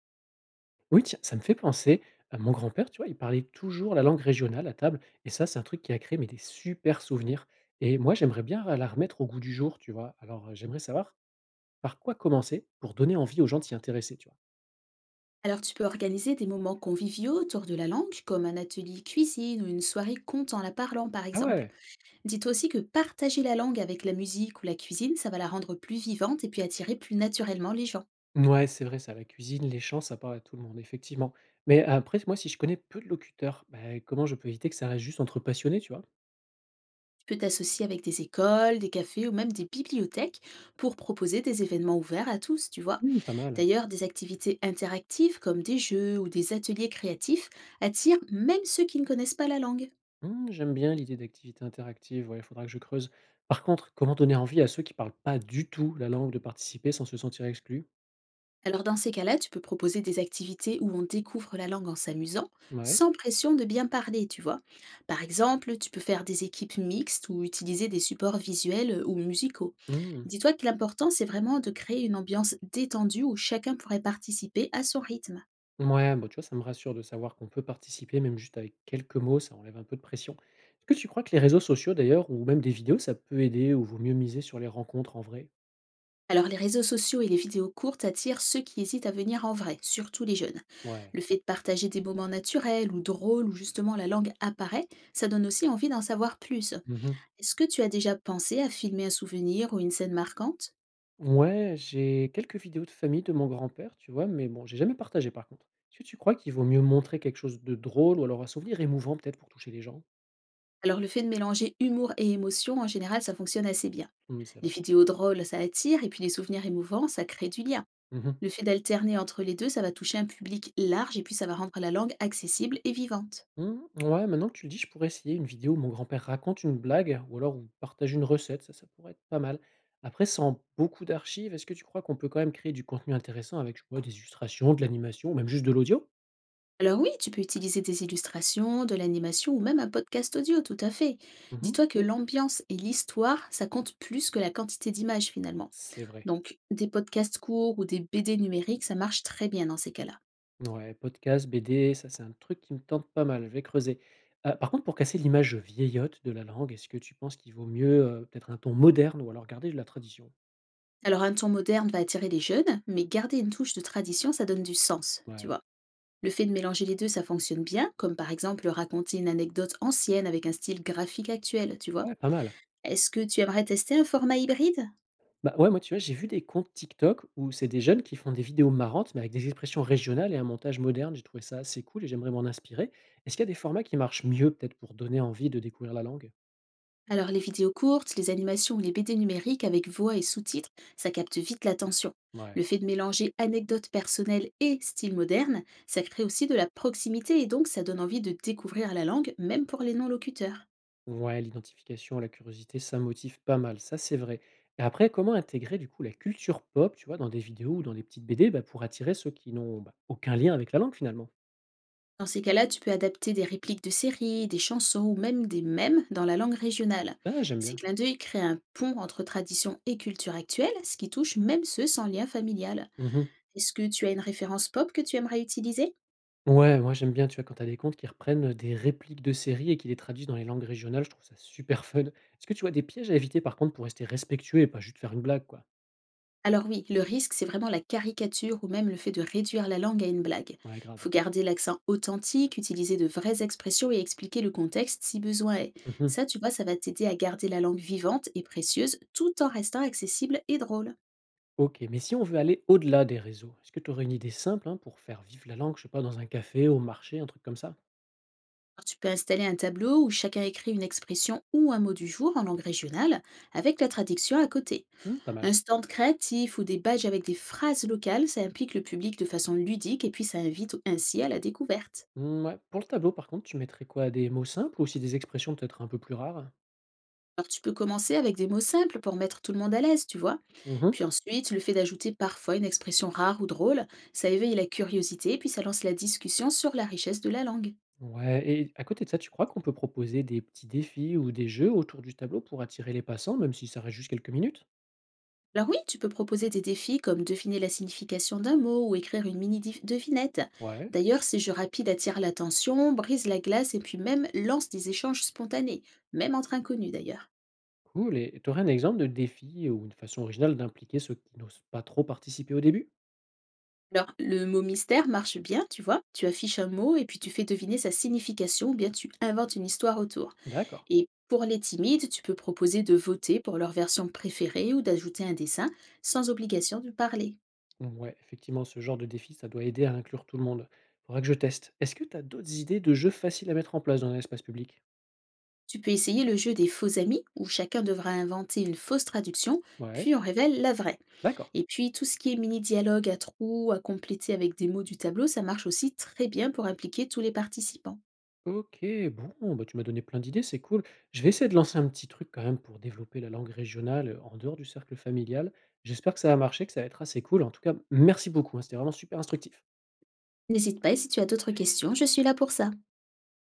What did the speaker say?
Oui, tiens, ça me fait penser à mon grand-père, tu vois, il parlait toujours la langue régionale à table et ça, c'est un truc qui a créé mais des super souvenirs et moi, j'aimerais bien la remettre au goût du jour, tu vois? Alors, j'aimerais savoir par quoi commencer pour donner envie aux gens de s'y intéresser, tu vois? Alors tu peux organiser des moments conviviaux autour de la langue, comme un atelier cuisine ou une soirée conte en la parlant par Ah exemple. ouais! Dites aussi que partager la langue avec la musique ou la cuisine, ça va la rendre plus vivante et puis attirer plus naturellement les gens. Ouais, c'est vrai ça, la cuisine, les chants, ça parle à tout le monde, effectivement. Mais après, moi, si je connais peu de locuteurs, bah, comment je peux éviter que ça reste juste entre passionnés, tu vois? Tu peux t'associer avec des écoles, des cafés ou même des bibliothèques pour proposer des événements ouverts à tous, tu vois. Mmh, pas mal. D'ailleurs, des activités interactives comme des jeux ou des ateliers créatifs attirent même ceux qui ne connaissent pas la langue. Mmh, j'aime bien l'idée d'activité interactive. Il faudra que je creuse. Par contre, comment donner envie à ceux qui parlent pas du tout la langue de participer sans se sentir exclus? Alors dans ces cas-là, tu peux proposer des activités où on découvre la langue en s'amusant, Ouais. sans pression de bien parler, tu vois. Par exemple, tu peux faire des équipes mixtes ou utiliser des supports visuels ou musicaux. Mmh. Dis-toi que l'important, c'est vraiment de créer une ambiance détendue où chacun pourrait participer à son rythme. Ouais, bah, tu vois, ça me rassure de savoir qu'on peut participer, même juste avec quelques mots, ça enlève un peu de pression. Est-ce que tu crois que les réseaux sociaux, d'ailleurs, ou même des vidéos, ça peut aider ou vaut mieux miser sur les rencontres en vrai? Alors les réseaux sociaux et les vidéos courtes attirent ceux qui hésitent à venir en vrai, surtout les jeunes. Ouais. Le fait de partager des moments naturels ou drôles où justement la langue apparaît, ça donne aussi envie d'en savoir plus. Mhm. Est-ce que tu as déjà pensé à filmer un souvenir ou une scène marquante? Ouais, j'ai quelques vidéos de famille de mon grand-père, tu vois, mais bon, j'ai jamais partagé par contre. Est-ce que tu crois qu'il vaut mieux montrer quelque chose de drôle ou alors un souvenir émouvant peut-être pour toucher les gens? Alors le fait de mélanger humour et émotion, en général, ça fonctionne assez bien. Mmh, c'est Les vrai. vidéos drôles, ça attire, et puis les souvenirs émouvants, ça crée du lien. Mmh mh. Le fait d'alterner entre les deux, ça va toucher un public large, et puis ça va rendre la langue accessible et vivante. Mmh, ouais, maintenant que tu le dis, je pourrais essayer une vidéo où mon grand-père raconte une blague ou alors où partage une recette, ça pourrait être pas mal. Après, sans beaucoup d'archives, est-ce que tu crois qu'on peut quand même créer du contenu intéressant avec, je sais pas, des illustrations, de l'animation ou même juste de l'audio? Alors oui, tu peux utiliser des illustrations, de l'animation ou même un podcast audio, tout à fait. Mmh. C'est Dis-toi que cool. l'ambiance et l'histoire, ça compte plus que la quantité d'images finalement. C'est vrai. Donc des podcasts courts ou des BD numériques, ça marche très bien dans ces cas-là. Ouais, podcast, BD, ça, c'est un truc qui me tente pas mal, je vais creuser. Par contre, pour casser l'image vieillotte de la langue, est-ce que tu penses qu'il vaut mieux, peut-être un ton moderne ou alors garder de la tradition? Alors un ton moderne va attirer les jeunes, mais garder une touche de tradition, ça donne du sens, tu Ouais. vois. Le fait de mélanger les deux, ça fonctionne bien, comme par exemple raconter une anecdote ancienne avec un style graphique actuel, tu vois. Ouais, pas mal. Est-ce que tu aimerais tester un format hybride? Bah, ouais, moi, tu vois, j'ai vu des comptes TikTok où c'est des jeunes qui font des vidéos marrantes, mais avec des expressions régionales et un montage moderne. J'ai trouvé ça assez cool et j'aimerais m'en inspirer. Est-ce qu'il y a des formats qui marchent mieux, peut-être pour donner envie de découvrir la langue? Alors les vidéos courtes, les animations ou les BD numériques avec voix et sous-titres, ça capte vite l'attention. Le Ouais. fait de mélanger anecdotes personnelles et style moderne, ça crée aussi de la proximité et donc ça donne envie de découvrir la langue, même pour les non-locuteurs. Ouais, l'identification, la curiosité, ça motive pas mal, ça c'est vrai. Et après, comment intégrer du coup la culture pop, tu vois, dans des vidéos ou dans des petites BD, bah, pour attirer ceux qui n'ont bah, aucun lien avec la langue finalement? Dans ces cas-là, tu peux adapter des répliques de séries, des chansons ou même des mèmes dans la langue régionale. Ah, j'aime Ces bien. clins d'œil créent un pont entre tradition et culture actuelle, ce qui touche même ceux sans lien familial. Mhm. Est-ce que tu as une référence pop que tu aimerais utiliser? Ouais, moi j'aime bien, tu vois, quand t'as des comptes qui reprennent, des répliques de séries et qui les traduisent dans les langues régionales, je trouve ça super fun. Est-ce que tu vois des pièges à éviter par contre pour rester respectueux et pas juste faire une blague, quoi? Alors oui, le risque, c'est vraiment la caricature ou même le fait de réduire la langue à une blague. Il Ouais, grave. faut garder l'accent authentique, utiliser de vraies expressions et expliquer le contexte si besoin est. Mmh. Ça, tu vois, ça va t'aider à garder la langue vivante et précieuse tout en restant accessible et drôle. OK, mais si on veut aller au-delà des réseaux, est-ce que tu aurais une idée simple, hein, pour faire vivre la langue, je sais pas, dans un café, au marché, un truc comme ça? Alors, tu peux installer un tableau où chacun écrit une expression ou un mot du jour en langue régionale, avec la traduction à côté. Mmh, pas mal. Un stand créatif ou des badges avec des phrases locales, ça implique le public de façon ludique et puis ça invite ainsi à la découverte. Mmh, ouais. Pour le tableau par contre, tu mettrais quoi? Des mots simples ou aussi des expressions peut-être un peu plus rares? Alors tu peux commencer avec des mots simples pour mettre tout le monde à l'aise, tu vois. Mmh. Puis ensuite, le fait d'ajouter parfois une expression rare ou drôle, ça éveille la curiosité et puis ça lance la discussion sur la richesse de la langue. Ouais et à côté de ça, tu crois qu'on peut proposer des petits défis ou des jeux autour du tableau pour attirer les passants, même si ça reste juste quelques minutes? Alors oui, tu peux proposer des défis comme deviner la signification d'un mot ou écrire une devinette. Ouais, D'ailleurs, ces jeux rapides attirent l'attention, brisent la glace et puis même lancent des échanges spontanés, même entre inconnus d'ailleurs. cool. Et tu aurais un exemple de défi ou une façon originale d'impliquer ceux qui n'osent pas trop participer au début? Alors, le mot mystère marche bien, tu vois. Tu affiches un mot et puis tu fais deviner sa signification ou bien tu inventes une histoire autour. D'accord. Et pour les timides, tu peux proposer de voter pour leur version préférée ou d'ajouter un dessin sans obligation de parler. Ouais, effectivement, ce genre de défi, ça doit aider à inclure tout le monde. Faudra que je teste. Est-ce que tu as d'autres idées de jeux faciles à mettre en place dans un espace public? Tu peux essayer le jeu des faux amis, où chacun devra inventer une fausse traduction, Ouais, puis on révèle la vraie. d'accord. Et puis tout ce qui est mini-dialogue à trous, à compléter avec des mots du tableau, ça marche aussi très bien pour impliquer tous les participants. OK, bon, bah tu m'as donné plein d'idées, c'est cool. Je vais essayer de lancer un petit truc quand même pour développer la langue régionale en dehors du cercle familial. J'espère que ça va marcher, que ça va être assez cool. En tout cas, merci beaucoup, hein, c'était vraiment super instructif. N'hésite pas, et si tu as d'autres questions, je suis là pour ça.